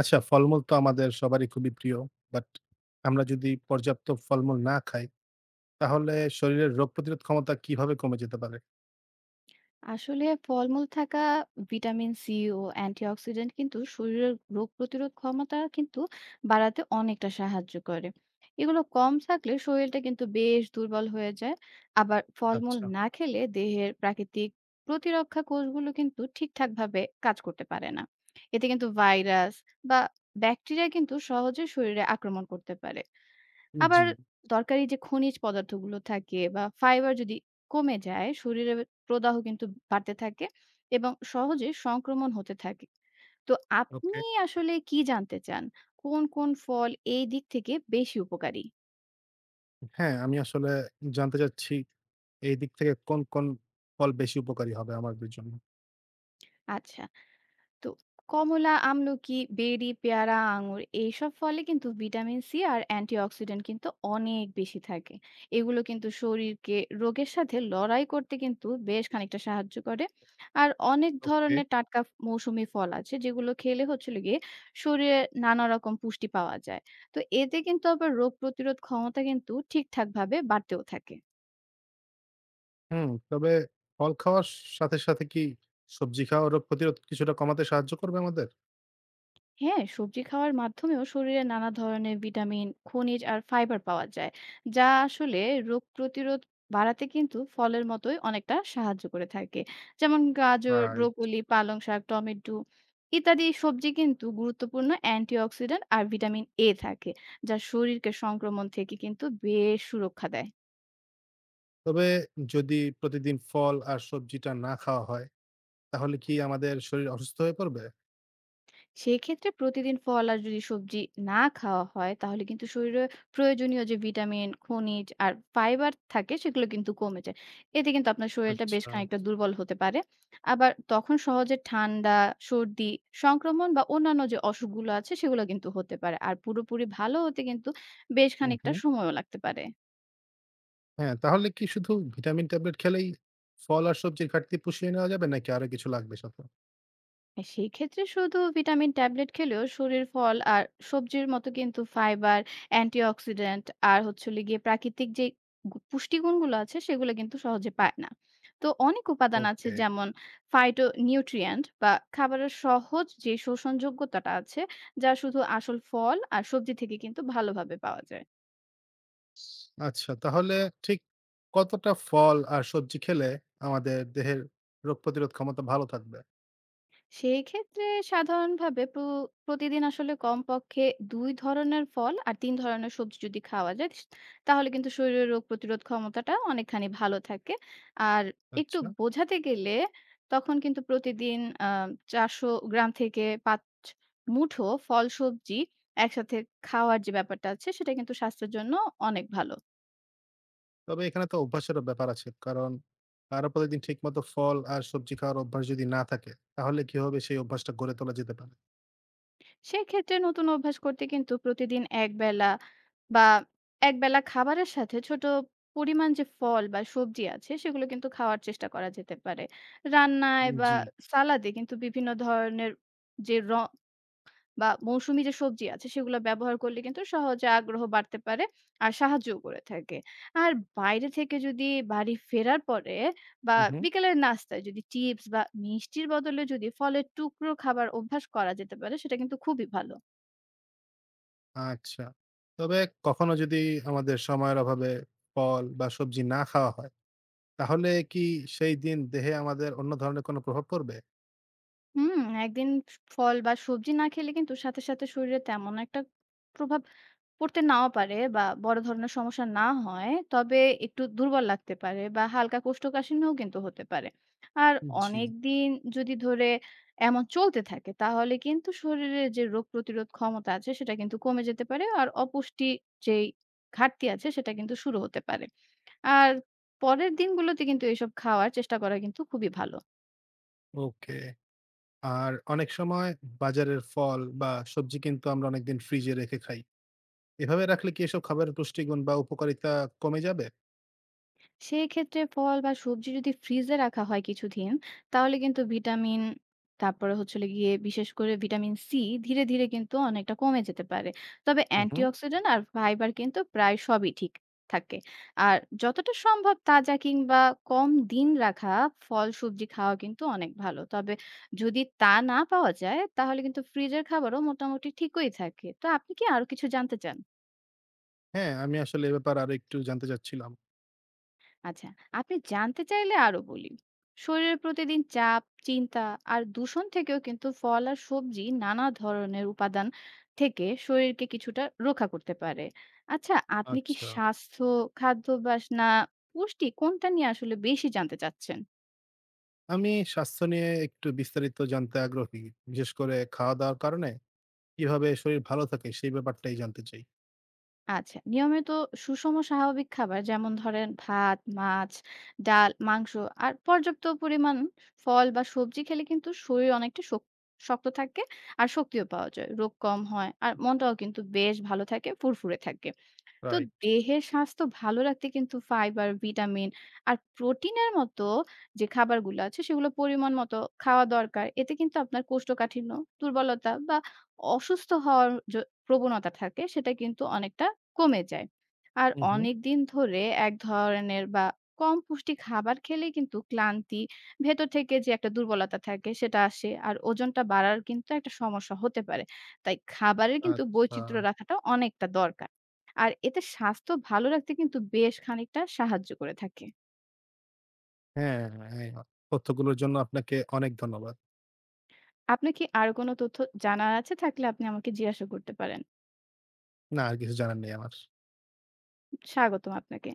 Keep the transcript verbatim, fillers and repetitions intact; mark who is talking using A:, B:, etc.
A: আচ্ছা, ফলমূল তো আমাদের সবারই খুবই প্রিয়। বাট আমরা যদি পর্যাপ্ত ফলমূল না খাই, তাহলে শরীরের রোগ প্রতিরোধ ক্ষমতা কিভাবে কমে যেতে পারে?
B: আসলে ফলমূল থাকা ভিটামিন সি ও অ্যান্টিঅক্সিডেন্ট কিন্তু শরীরের রোগ প্রতিরোধ ক্ষমতা কিন্তু বাড়াতে অনেকটা সাহায্য করে। এগুলো কম থাকলে শরীরটা কিন্তু বেশ দুর্বল হয়ে যায়। আবার ফলমূল
A: আচ্ছা।
B: না খেলে দেহের প্রাকৃতিক প্রতিরক্ষা কোষগুলো কিন্তু ঠিকঠাক ভাবে কাজ করতে পারে না। এতে কিন্তু ভাইরাস বা ব্যাকটেরিয়া কিন্তু সহজে শরীরে আক্রমণ করতে পারে। আবার
A: জি,
B: দরকারি যে খনিজ পদার্থগুলো থাকে বা ফাইবার যদি কমে যায়, শরীরের প্রদাহ কিন্তু বাড়তে থাকে এবং সহজে সংক্রমণ হতে থাকে। তো
A: ওকে।
B: আপনি আসলে কি জানতে চান? কোন, কোন ফল এই দিক থেকে বেশি উপকারী?
A: হ্যাঁ, আমি আসলে জানতে চাচ্ছি এই দিক থেকে কোন, কোন ফল বেশি উপকারী হবে আমাদের জন্য?
B: আচ্ছা। তো কমলা, আমলকি, বেরি, পেয়ারা, আঙুর এইসব ফলে কিন্তু ভিটামিন সি আর অ্যান্টিঅক্সিডেন্ট কিন্তু অনেক বেশি থাকে। এগুলো কিন্তু শরীরকে রোগের সাথে লড়াই করতে কিন্তু বেশ খানিকটা সাহায্য করে। আর অনেক
A: ওকে।
B: ধরনের টাটকা মৌসুমি ফল আছে যেগুলো খেলে হচ্ছিল গিয়ে শরীরে নানা রকম পুষ্টি পাওয়া যায়। তো এতে কিন্তু আবার রোগ প্রতিরোধ ক্ষমতা কিন্তু ঠিকঠাকভাবে বাড়তেও থাকে।
A: হুম, তবে ফল খাওয়ার সাথে, সাথে কি সবজি খাওয়া রোগ প্রতিরোধ কিছুটা কমাতে সাহায্য করবে আমাদের?
B: হ্যাঁ, সবজি খাওয়ার মাধ্যমেও শরীরে নানা ধরনের ভিটামিন খনিজ আর ফাইবার পাওয়া যায়, যা আসলে রোগ প্রতিরোধ বাড়াতে কিন্তু ফলের মতোই অনেকটা সাহায্য করে থাকে। যেমন গাজর,
A: রাইট।
B: ব্রোকলি, পালং শাক, টমেটো ইত্যাদি সবজি কিন্তু গুরুত্বপূর্ণ অ্যান্টিঅক্সিডেন্ট আর ভিটামিন এ থাকে, যা শরীরকে সংক্রমণ থেকে কিন্তু বেশ সুরক্ষা দেয়।
A: তবে যদি প্রতিদিন ফল আর সবজিটা না খাওয়া হয়, তাহলে কি আমাদের শরীর অসুস্থ হয়ে পড়বে?
B: সেক্ষেত্রে প্রতিদিন ফল আর যদি সবজি না খাওয়া হয়, তাহলে কিন্তু শরীরে প্রয়োজনীয় যে ভিটামিন খনিজ আর ফাইবার থাকে সেগুলো কিন্তু কমে যায়। এতে কিন্তু আপনার শরীরটা বেশ
A: আচ্ছা।
B: খানিকটা দুর্বল হতে পারে। আবার তখন সহজে ঠান্ডা, সর্দি, সংক্রমণ বা অন্যান্য যে অসুখগুলো আছে সেগুলো কিন্তু হতে পারে, আর পুরোপুরি ভালো হতে কিন্তু বেশ
A: হু,
B: খানিকটা
A: হু।
B: সময়ও লাগতে পারে।
A: হ্যাঁ, তাহলে কি শুধু ভিটামিন ট্যাবলেট খেলেই ফল আর সবজির ঘাটতি পুষিয়ে নেওয়া যাবে নাকি আরো কিছু লাগবে সাথে?
B: হ্যাঁ, সেই ক্ষেত্রে শুধু ভিটামিন ট্যাবলেট খেলেও শরীর ফল আর সবজির মতো কিন্তু ফাইবার, অ্যান্টিঅক্সিডেন্ট আর হচ্ছে হলো গিয়ে প্রাকৃতিক যে গু- পুষ্টিগুণগুলো আছে সেগুলো কিন্তু সহজে পায় না। তো অনেক উপাদান আছে,
A: ওকে।
B: যেমন ফাইটো নিউট্রিয়েন্ট বা খাবারের সহজ যে শোষণযোগ্যতাটা আছে, যা শুধু আসল ফল আর সবজি থেকে কিন্তু ভালোভাবে পাওয়া যায়।
A: আচ্ছা তাহলে ঠিক কতটা ফল আর সবজি খেলে আমাদের দেহের রোগ প্রতিরোধ ক্ষমতা ভালো থাকবে?
B: সেই ক্ষেত্রে সাধারণভাবে প্র প্রতিদিন আসলে কমপক্ষে দুই ধরনের ফল আর তিন ধরনের সবজি যদি খাওয়া যায়, তাহলে কিন্তু শরীরের রোগ প্রতিরোধ ক্ষমতাটা অনেকখানি ভালো থাকে। আর একটু
A: আচ্ছা।
B: বোঝাতে গেলে তখন কিন্তু প্রতিদিন আ চারশো গ্রাম থেকে পাঁচ মুঠো ফল সবজি একসাথে খাওয়ার যে ব্যাপারটা আছে, সেটা কিন্তু স্বাস্থ্যের জন্য অনেক ভালো।
A: তবে এখানে তো অভ্যাসেরও ব্যাপার আছে। কারণ কারো প্রতিদিন ঠিকমতো ফল আর সবজি খাওয়ার অভ্যাস যদি না থাকে তাহলে কিভাবে সেই অভ্যাসটা গড়ে তোলা যেতে পারে?
B: সেক্ষেত্রে নতুন অভ্যাস করতে কিন্তু প্রতিদিন একবেলা বা একবেলা খাবারের সাথে ছোট পরিমাণ যে ফল বা সবজি আছে সেগুলো কিন্তু খাওয়ার চেষ্টা করা যেতে পারে। রান্নায়
A: উম
B: বা
A: জি।
B: সালাদে কিন্তু বিভিন্ন ধরনের যে র বা মৌসুমী যে সবজি আছে সেগুলো ব্যবহার করলে কিন্তু সহজে আগ্রহ বাড়তে পারে আর সাহায্যও করে থাকে। আর বাইরে থেকে যদি বাড়ি ফেরার পরে বা
A: হু, হু।
B: বিকেলের নাস্তায় যদি চিপস বা মিষ্টির বদলে যদি ফলের টুকরো খাবার অভ্যাস করা যেতে পারে, সেটা কিন্তু খুবই ভালো।
A: আচ্ছা। তবে কখনো যদি আমাদের সময়ের অভাবে ফল বা সবজি না খাওয়া হয় তাহলে কি সেই দিন দেহে আমাদের অন্য ধরনের কোনো প্রভাব পড়বে?
B: হুম, একদিন ফ ফল বা সবজি না খেলে কিন্তু সাথে, সাথে শরীরে তেমন একটা প্রভাব পড়তে নাও পারে বা বড় ধরনের সমস্যা না হয়। তবে একটু দুর্বল লাগতে পারে বা হালকা কোষ্ঠকাঠিন্যও কিন্তু হতে পারে। আর
A: জি।
B: অনেকদিন যদি ধরে এমন চলতে থাকে, তাহলে কিন্তু শরীরের যে রোগ প্রতিরোধ ক্ষমতা আছে সেটা কিন্তু কমে যেতে পারে। আর অপুষ্টি যেই ঘাটতি আছে সেটা কিন্তু শুরু হতে পারে। আর পরের দিনগুলোতে কিন্তু এসব খাওয়ার চেষ্টা করা কিন্তু খুবই ভালো।
A: ওকে। আর অনেক সময় বাজারের ফল বা সবজি কিন্তু আমরা অনেকদিন ফ্রিজে রেখে খাই। এভাবে রাখলে কি এসব খাবারের পুষ্টিগুণ বা উপকারিতা কমে যাবে?
B: সেক্ষেত্রে ফল বা সবজি যদি ফ্রিজে রাখা হয় কিছুদিন, তাহলে কিন্তু ভিটামিন, তারপরে হচ্ছে হলো গিয়ে বিশেষ করে ভিটামিন সি ধীরে ধীরে কিন্তু অনেকটা কমে যেতে পারে। তবে
A: হু, হু।
B: অ্যান্টিঅক্সিডেন্ট আর ফাইবার কিন্তু প্রায় সবই ঠিক থাকে। আর যতটা সম্ভব তাজা কিংবা কম দিন রাখা ফল সবজি খাওয়া কিন্তু অনেক ভালো। তবে যদি তা না পাওয়া যায়, তাহলে কিন্তু ফ্রিজের খাবারও মোটামুটি ঠিকই থাকে। তো আপনি কি আরো কিছু জানতে চান?
A: হ্যাঁ, আমি আসলে এ ব্যাপারে আরো একটু জানতে চাচ্ছিলাম।
B: আচ্ছা, আপনি জানতে চাইলে আরো বলি। শরীরের প্রতিদিন চাপ, চিন্তা আর দূষণ থেকেও কিন্তু ফল আর সবজি নানা ধরনের উপাদান থেকে শরীরকে কিছুটা রক্ষা করতে পারে। আচ্ছা, আপনি কি
A: আচ্ছা।
B: স্বাস্থ্য, খাদ্যাভ্যাস না পুষ্টি কোনটা নিয়ে আসলে বেশি জানতে চাচ্ছেন?
A: আমি স্বাস্থ্য নিয়ে একটু বিস্তারিত জানতে আগ্রহী। বিশেষ করে খাওয়া-দাওয়ার কারণে কিভাবে শরীর ভালো থাকে সেই ব্যাপারটাই জানতে চাই।
B: আচ্ছা, নিয়মিত সুষম স্বাভাবিক খাবার, যেমন ধরেন ভাত, মাছ, ডাল, মাংস আর পর্যাপ্ত পরিমাণ ফল বা সবজি খেলে কিন্তু শরীর অনেকটা শক শক্ত থাকে আর শক্তিও পাওয়া যায়। রোগ কম হয় আর মনটাও কিন্তু বেশ ভালো থাকে, ফুরফুরে থাকে। তো
A: রাইট।
B: দেহের স্বাস্থ্য ভালো রাখতে কিন্তু ফাইবার, ভিটামিন আর প্রোটিনের মতো যে খাবারগুলো আছে সেগুলো পরিমাণ মতো খাওয়া দরকার। এতে কিন্তু আপনার কোষ্ঠকাঠিন্য, দুর্বলতা বা অসুস্থ হওয়ার য প্রবণতা থাকে সেটা কিন্তু অনেকটা কমে যায়। আর
A: হু, হু।
B: অনেকদিন ধরে এক ধরনের বা কম পুষ্টি খাবার খেলেই কিন্তু ক্লান্তি, ভেতর থেকে যে একটা দুর্বলতা থাকে সেটা আসে। আর ওজনটা বাড়ার কিন্তু একটা সমস্যা হতে পারে। তাই খাবারের কিন্তু
A: আচ্ছা।
B: বৈচিত্র্য রাখাটা অনেকটা দরকার। আর এতে স্বাস্থ্য ভালো রাখতে কিন্তু বেশ খানিকটা সাহায্য করে থাকে।
A: হ্যাঁ, হ্যাঁ। তথ্যগুলোর জন্য আপনাকে অনেক ধন্যবাদ।
B: আপনার কি আরো কোনো তথ্য জানার আছে? থাকলে আপনি আমাকে জিজ্ঞাসা করতে পারেন।
A: না আর কিছু জানার নেই আমার।
B: স্বাগতম আপনাকে।